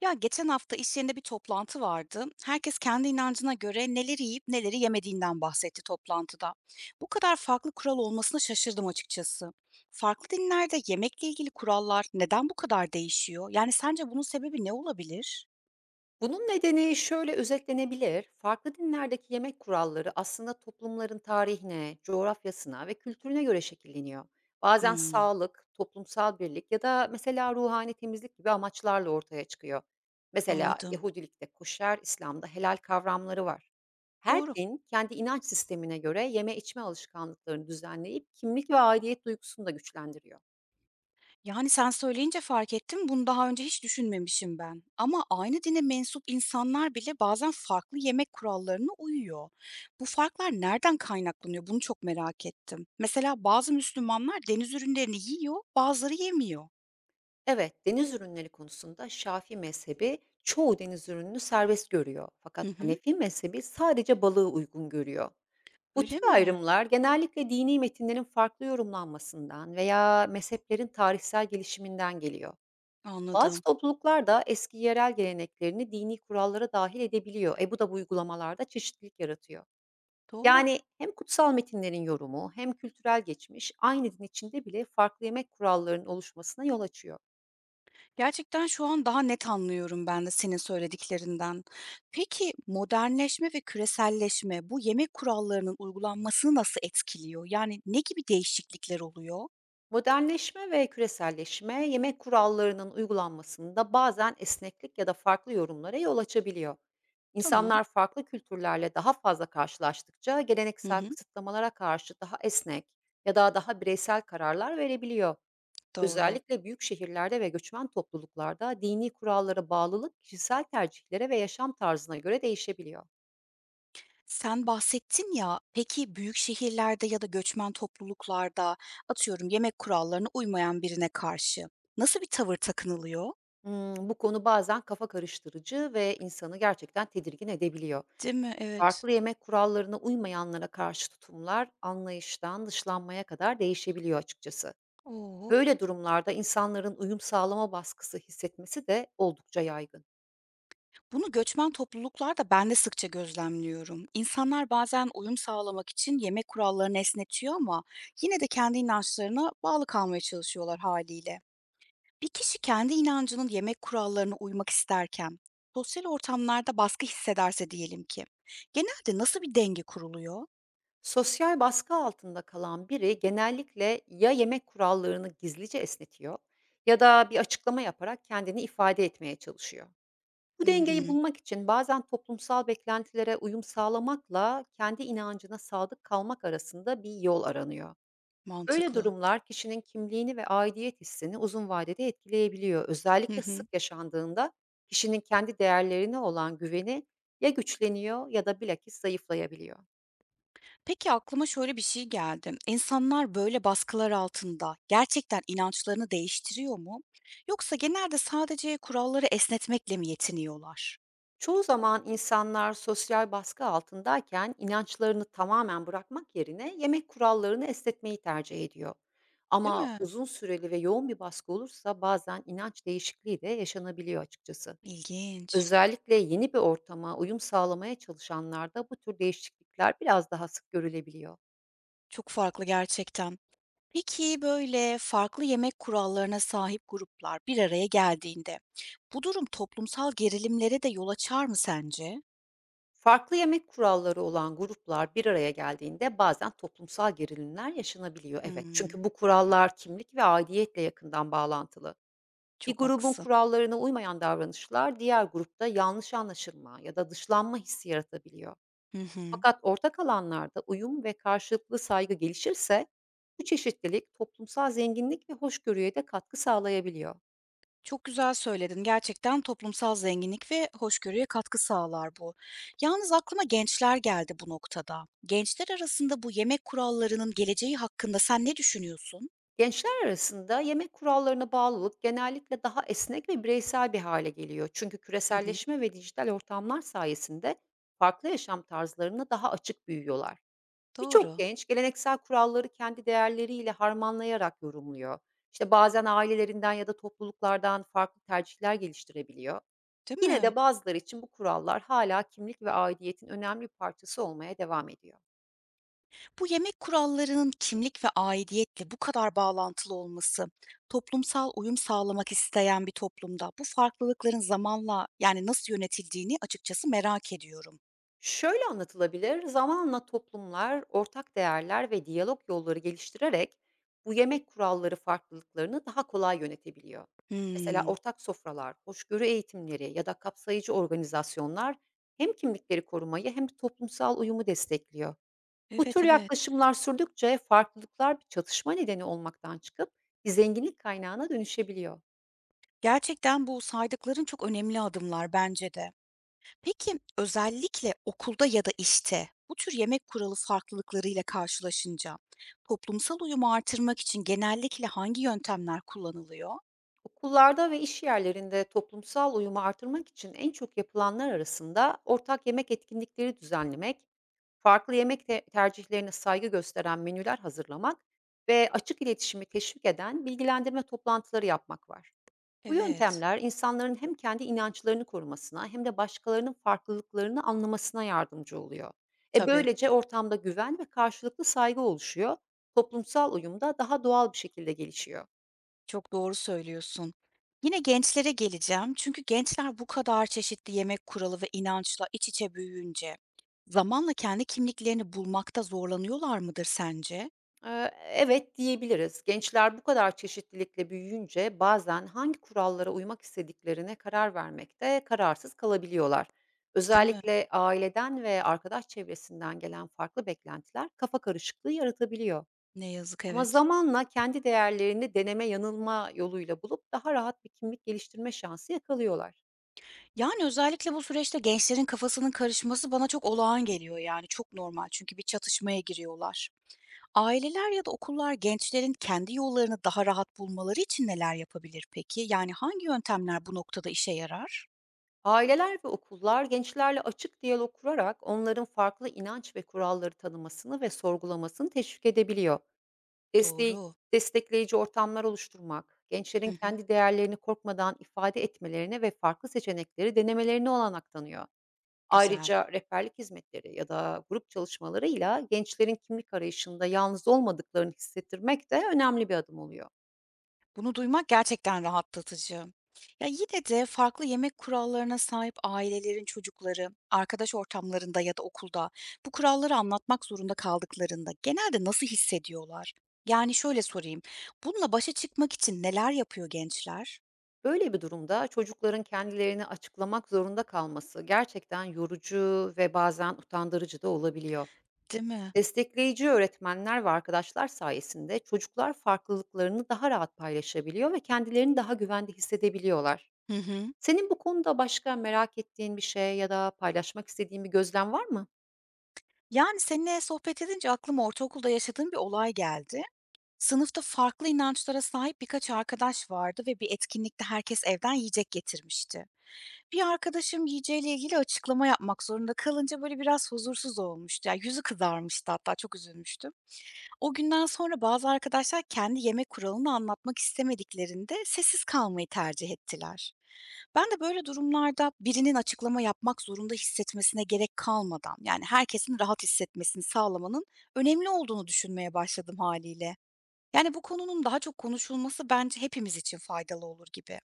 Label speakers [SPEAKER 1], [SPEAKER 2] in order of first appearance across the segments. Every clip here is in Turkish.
[SPEAKER 1] Ya geçen hafta iş yerinde bir toplantı vardı. Herkes kendi inancına göre neleri yiyip neleri yemediğinden bahsetti toplantıda. Bu kadar farklı kural olmasına şaşırdım açıkçası. Farklı dinlerde yemekle ilgili kurallar neden bu kadar değişiyor? Yani sence bunun sebebi ne olabilir?
[SPEAKER 2] Bunun nedeni şöyle özetlenebilir. Farklı dinlerdeki yemek kuralları aslında toplumların tarihine, coğrafyasına ve kültürüne göre şekilleniyor. Bazen
[SPEAKER 1] Hmm,
[SPEAKER 2] sağlık, toplumsal birlik ya da mesela ruhani temizlik gibi amaçlarla ortaya çıkıyor. Mesela
[SPEAKER 1] anladım.
[SPEAKER 2] Yahudilikte koşer, İslam'da helal kavramları var. Her
[SPEAKER 1] Doğru.
[SPEAKER 2] din kendi inanç sistemine göre yeme içme alışkanlıklarını düzenleyip kimlik ve aidiyet duygusunu da güçlendiriyor.
[SPEAKER 1] Yani, sen söyleyince fark ettim, bunu daha önce hiç düşünmemişim ben. Ama aynı dine mensup insanlar bile bazen farklı yemek kurallarına uyuyor. Bu farklar nereden kaynaklanıyor? Bunu çok merak ettim. Mesela bazı Müslümanlar deniz ürünlerini yiyor, bazıları yemiyor.
[SPEAKER 2] Evet, deniz ürünleri konusunda Şafii mezhebi çoğu deniz ürününü serbest görüyor.
[SPEAKER 1] Hı
[SPEAKER 2] Fakat
[SPEAKER 1] hı.
[SPEAKER 2] Hanefi mezhebi sadece balığı uygun görüyor. Bu tür
[SPEAKER 1] Öyle mi?
[SPEAKER 2] ayrımlar genellikle dini metinlerin farklı yorumlanmasından veya mezheplerin tarihsel gelişiminden geliyor. Bazı
[SPEAKER 1] Anladım.
[SPEAKER 2] topluluklar da eski yerel geleneklerini dini kurallara dahil edebiliyor. Bu da bu uygulamalarda çeşitlilik yaratıyor.
[SPEAKER 1] Doğru.
[SPEAKER 2] Yani hem kutsal metinlerin yorumu hem kültürel geçmiş aynı din içinde bile farklı yemek kurallarının oluşmasına yol açıyor.
[SPEAKER 1] Gerçekten şu an daha net anlıyorum ben de senin söylediklerinden. Peki, modernleşme ve küreselleşme bu yemek kurallarının uygulanmasını nasıl etkiliyor? Yani, ne gibi değişiklikler oluyor?
[SPEAKER 2] Modernleşme ve küreselleşme yemek kurallarının uygulanmasında bazen esneklik ya da farklı yorumlara yol açabiliyor.
[SPEAKER 1] Tamam.
[SPEAKER 2] İnsanlar farklı kültürlerle daha fazla karşılaştıkça
[SPEAKER 1] Hı
[SPEAKER 2] geleneksel
[SPEAKER 1] hı.
[SPEAKER 2] kısıtlamalara karşı daha esnek ya da daha bireysel kararlar verebiliyor.
[SPEAKER 1] Doğru.
[SPEAKER 2] Özellikle büyük şehirlerde ve göçmen topluluklarda dini kurallara bağlılık kişisel tercihlere ve yaşam tarzına göre değişebiliyor.
[SPEAKER 1] Sen bahsettin ya, peki büyük şehirlerde ya da göçmen topluluklarda, atıyorum, yemek kurallarına uymayan birine karşı nasıl bir tavır takınılıyor?
[SPEAKER 2] Bu konu bazen kafa karıştırıcı ve insanı gerçekten tedirgin edebiliyor.
[SPEAKER 1] Değil mi? Evet.
[SPEAKER 2] Farklı yemek kurallarına uymayanlara karşı tutumlar anlayıştan dışlanmaya kadar değişebiliyor, açıkçası.
[SPEAKER 1] Oo.
[SPEAKER 2] Böyle durumlarda insanların uyum sağlama baskısı hissetmesi de oldukça yaygın.
[SPEAKER 1] Bunu göçmen topluluklarda ben de sıkça gözlemliyorum. İnsanlar bazen uyum sağlamak için yemek kurallarını esnetiyor ama yine de kendi inançlarına bağlı kalmaya çalışıyorlar haliyle. Bir kişi kendi inancının yemek kurallarına uymak isterken, sosyal ortamlarda baskı hissederse diyelim ki, genelde nasıl bir denge kuruluyor?
[SPEAKER 2] Sosyal baskı altında kalan biri genellikle ya yemek kurallarını gizlice esnetiyor, ya da bir açıklama yaparak kendini ifade etmeye çalışıyor. Bu
[SPEAKER 1] Hı
[SPEAKER 2] dengeyi
[SPEAKER 1] hı,
[SPEAKER 2] bulmak için bazen toplumsal beklentilere uyum sağlamakla kendi inancına sadık kalmak arasında bir yol aranıyor. Böyle
[SPEAKER 1] mantıklı.
[SPEAKER 2] durumlar kişinin kimliğini ve aidiyet hissini uzun vadede etkileyebiliyor.
[SPEAKER 1] Hı
[SPEAKER 2] Özellikle sık
[SPEAKER 1] hı.
[SPEAKER 2] yaşandığında kişinin kendi değerlerine olan güveni ya güçleniyor ya da bilakis zayıflayabiliyor.
[SPEAKER 1] Peki aklıma şöyle bir şey geldi. İnsanlar böyle baskılar altında gerçekten inançlarını değiştiriyor mu? Yoksa genelde sadece kuralları esnetmekle mi yetiniyorlar?
[SPEAKER 2] Çoğu zaman insanlar sosyal baskı altındayken inançlarını tamamen bırakmak yerine yemek kurallarını esnetmeyi tercih ediyor.
[SPEAKER 1] Değil
[SPEAKER 2] Ama
[SPEAKER 1] mi?
[SPEAKER 2] uzun süreli ve yoğun bir baskı olursa bazen inanç değişikliği de yaşanabiliyor, açıkçası.
[SPEAKER 1] İlginç.
[SPEAKER 2] Özellikle yeni bir ortama uyum sağlamaya çalışanlarda bu tür değişiklikler biraz daha sık görülebiliyor.
[SPEAKER 1] Çok farklı gerçekten. Peki böyle farklı yemek kurallarına sahip gruplar bir araya geldiğinde bu durum toplumsal gerilimlere de yol açar mı sence?
[SPEAKER 2] Farklı yemek kuralları olan gruplar bir araya geldiğinde bazen toplumsal gerilimler yaşanabiliyor. Evet,
[SPEAKER 1] Hımm,
[SPEAKER 2] çünkü bu kurallar kimlik ve aidiyetle yakından bağlantılı. Bir
[SPEAKER 1] çok
[SPEAKER 2] grubun
[SPEAKER 1] haklısın.
[SPEAKER 2] kurallarına uymayan davranışlar diğer grupta yanlış anlaşılma ya da dışlanma hissi yaratabiliyor.
[SPEAKER 1] Hı hı.
[SPEAKER 2] Fakat ortak alanlarda uyum ve karşılıklı saygı gelişirse bu çeşitlilik toplumsal zenginlik ve hoşgörüye de katkı sağlayabiliyor.
[SPEAKER 1] Çok güzel söyledin. Gerçekten toplumsal zenginlik ve hoşgörüye katkı sağlar bu. Yalnız aklıma gençler geldi bu noktada. Gençler arasında bu yemek kurallarının geleceği hakkında sen ne düşünüyorsun?
[SPEAKER 2] Gençler arasında yemek kurallarına bağlılık genellikle daha esnek ve bireysel bir hale geliyor. Çünkü
[SPEAKER 1] Hı hı.
[SPEAKER 2] küreselleşme ve dijital ortamlar sayesinde farklı yaşam tarzlarına daha açık büyüyorlar. Birçok
[SPEAKER 1] Doğru,
[SPEAKER 2] genç geleneksel kuralları kendi değerleriyle harmanlayarak yorumluyor. İşte bazen ailelerinden ya da topluluklardan farklı tercihler geliştirebiliyor.
[SPEAKER 1] değil
[SPEAKER 2] Yine
[SPEAKER 1] mi?
[SPEAKER 2] de bazıları için bu kurallar hala kimlik ve aidiyetin önemli bir parçası olmaya devam ediyor.
[SPEAKER 1] Bu yemek kurallarının kimlik ve aidiyetle bu kadar bağlantılı olması, toplumsal uyum sağlamak isteyen bir toplumda bu farklılıkların zamanla, yani, nasıl yönetildiğini açıkçası merak ediyorum.
[SPEAKER 2] Şöyle anlatılabilir: zamanla toplumlar ortak değerler ve diyalog yolları geliştirerek bu yemek kuralları farklılıklarını daha kolay yönetebiliyor. Mesela
[SPEAKER 1] Hımm.
[SPEAKER 2] ortak sofralar, hoşgörü eğitimleri ya da kapsayıcı organizasyonlar hem kimlikleri korumayı hem de toplumsal uyumu destekliyor. Bu
[SPEAKER 1] Evet,
[SPEAKER 2] tür
[SPEAKER 1] evet.
[SPEAKER 2] yaklaşımlar sürdükçe farklılıklar bir çatışma nedeni olmaktan çıkıp bir zenginlik kaynağına dönüşebiliyor.
[SPEAKER 1] Gerçekten bu saydıkların çok önemli adımlar bence de. Peki, özellikle okulda ya da işte bu tür yemek kuralı farklılıklarıyla karşılaşınca toplumsal uyumu artırmak için genellikle hangi yöntemler kullanılıyor?
[SPEAKER 2] Okullarda ve iş yerlerinde toplumsal uyumu artırmak için en çok yapılanlar arasında ortak yemek etkinlikleri düzenlemek, farklı yemek tercihlerine saygı gösteren menüler hazırlamak ve açık iletişimi teşvik eden bilgilendirme toplantıları yapmak var. Bu
[SPEAKER 1] Evet,
[SPEAKER 2] yöntemler insanların hem kendi inançlarını korumasına hem de başkalarının farklılıklarını anlamasına yardımcı oluyor.
[SPEAKER 1] tabii.
[SPEAKER 2] Böylece ortamda güven ve karşılıklı saygı oluşuyor, toplumsal uyum da daha doğal bir şekilde gelişiyor.
[SPEAKER 1] Çok doğru söylüyorsun. Yine gençlere geleceğim. Çünkü gençler bu kadar çeşitli yemek kuralı ve inançla iç içe büyüyünce zamanla kendi kimliklerini bulmakta zorlanıyorlar mıdır sence?
[SPEAKER 2] Evet, diyebiliriz. Gençler bu kadar çeşitlilikle büyüyünce bazen hangi kurallara uymak istediklerine karar vermekte kararsız kalabiliyorlar.
[SPEAKER 1] Değil mi?
[SPEAKER 2] Özellikle aileden ve arkadaş çevresinden gelen farklı beklentiler kafa karışıklığı yaratabiliyor.
[SPEAKER 1] Ne yazık,
[SPEAKER 2] Ama
[SPEAKER 1] evet.
[SPEAKER 2] zamanla kendi değerlerini deneme yanılma yoluyla bulup daha rahat bir kimlik geliştirme şansı yakalıyorlar.
[SPEAKER 1] Yani, özellikle bu süreçte gençlerin kafasının karışması bana çok olağan geliyor, yani, çok normal çünkü bir çatışmaya giriyorlar. Aileler ya da okullar gençlerin kendi yollarını daha rahat bulmaları için neler yapabilir peki? Yani, hangi yöntemler bu noktada işe yarar?
[SPEAKER 2] Aileler ve okullar gençlerle açık diyalog kurarak onların farklı inanç ve kuralları tanımasını ve sorgulamasını teşvik edebiliyor. Desteği
[SPEAKER 1] Doğru.
[SPEAKER 2] Destekleyici ortamlar oluşturmak,
[SPEAKER 1] Hı
[SPEAKER 2] gençlerin
[SPEAKER 1] hı,
[SPEAKER 2] kendi değerlerini korkmadan ifade etmelerine ve farklı seçenekleri denemelerine olanak tanıyor.
[SPEAKER 1] güzel.
[SPEAKER 2] Ayrıca rehberlik hizmetleri ya da grup çalışmalarıyla gençlerin kimlik arayışında yalnız olmadıklarını hissettirmek de önemli bir adım oluyor.
[SPEAKER 1] Bunu duymak gerçekten rahatlatıcı. Ya yine de farklı yemek kurallarına sahip ailelerin çocukları, arkadaş ortamlarında ya da okulda bu kuralları anlatmak zorunda kaldıklarında genelde nasıl hissediyorlar? Yani şöyle sorayım, bununla başa çıkmak için neler yapıyor gençler?
[SPEAKER 2] Böyle bir durumda çocukların kendilerini açıklamak zorunda kalması gerçekten yorucu ve bazen utandırıcı da olabiliyor.
[SPEAKER 1] Değil mi?
[SPEAKER 2] Destekleyici öğretmenler ve arkadaşlar sayesinde çocuklar farklılıklarını daha rahat paylaşabiliyor ve kendilerini daha güvende hissedebiliyorlar.
[SPEAKER 1] Hı hı.
[SPEAKER 2] Senin bu konuda başka merak ettiğin bir şey ya da paylaşmak istediğin bir gözlem var mı?
[SPEAKER 1] Yani seninle sohbet edince aklıma ortaokulda yaşadığım bir olay geldi. Sınıfta farklı inançlara sahip birkaç arkadaş vardı ve bir etkinlikte herkes evden yiyecek getirmişti. Bir arkadaşım yiyeceğiyle ilgili açıklama yapmak zorunda kalınca, böyle, biraz huzursuz olmuştu. Ya, yüzü kızarmıştı hatta, çok üzülmüştüm. O günden sonra bazı arkadaşlar kendi yemek kuralını anlatmak istemediklerinde sessiz kalmayı tercih ettiler. Ben de böyle durumlarda birinin açıklama yapmak zorunda hissetmesine gerek kalmadan, yani, herkesin rahat hissetmesini sağlamanın önemli olduğunu düşünmeye başladım haliyle. Yani, bu konunun daha çok konuşulması bence hepimiz için faydalı olur gibi.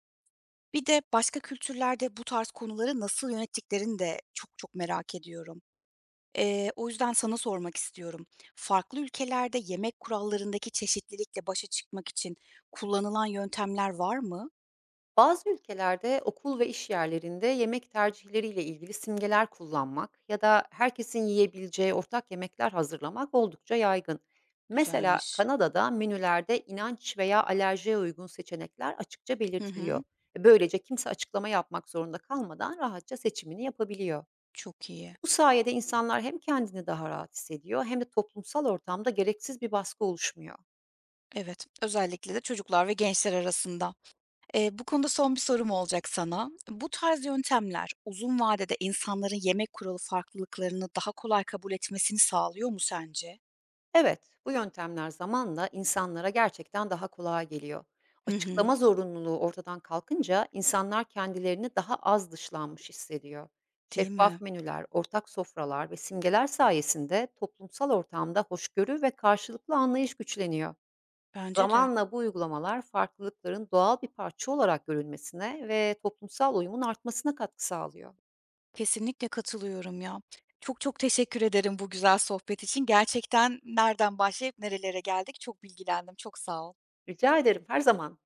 [SPEAKER 1] Bir de başka kültürlerde bu tarz konuları nasıl yönettiklerini de çok çok merak ediyorum. O yüzden sana sormak istiyorum. Farklı ülkelerde yemek kurallarındaki çeşitlilikle başa çıkmak için kullanılan yöntemler var mı?
[SPEAKER 2] Bazı ülkelerde okul ve iş yerlerinde yemek tercihleriyle ilgili simgeler kullanmak ya da herkesin yiyebileceği ortak yemekler hazırlamak oldukça yaygın. Mesela
[SPEAKER 1] Güzelmiş.
[SPEAKER 2] Kanada'da menülerde inanç veya alerjiye uygun seçenekler açıkça
[SPEAKER 1] Hı
[SPEAKER 2] belirtiliyor.
[SPEAKER 1] hı,
[SPEAKER 2] Böylece kimse açıklama yapmak zorunda kalmadan rahatça seçimini yapabiliyor.
[SPEAKER 1] çok iyi.
[SPEAKER 2] Bu sayede insanlar hem kendini daha rahat hissediyor hem de toplumsal ortamda gereksiz bir baskı oluşmuyor.
[SPEAKER 1] Evet, özellikle de çocuklar ve gençler arasında. Bu konuda son bir sorum olacak sana. Bu tarz yöntemler uzun vadede insanların yemek kuralı farklılıklarını daha kolay kabul etmesini sağlıyor mu sence?
[SPEAKER 2] Evet, bu yöntemler zamanla insanlara gerçekten daha kolay geliyor.
[SPEAKER 1] Hı hı,
[SPEAKER 2] Açıklama zorunluluğu ortadan kalkınca insanlar kendilerini daha az dışlanmış hissediyor.
[SPEAKER 1] değil
[SPEAKER 2] Şeffaf
[SPEAKER 1] mi?
[SPEAKER 2] menüler, ortak sofralar ve simgeler sayesinde toplumsal ortamda hoşgörü ve karşılıklı anlayış güçleniyor.
[SPEAKER 1] Bence de.
[SPEAKER 2] Zamanla bu uygulamalar farklılıkların doğal bir parça olarak görülmesine ve toplumsal uyumun artmasına katkı sağlıyor.
[SPEAKER 1] Kesinlikle katılıyorum ya. Çok çok teşekkür ederim bu güzel sohbet için. Gerçekten nereden başlayıp nerelere geldik çok bilgilendim. Çok sağ ol.
[SPEAKER 2] Rica ederim, her zaman.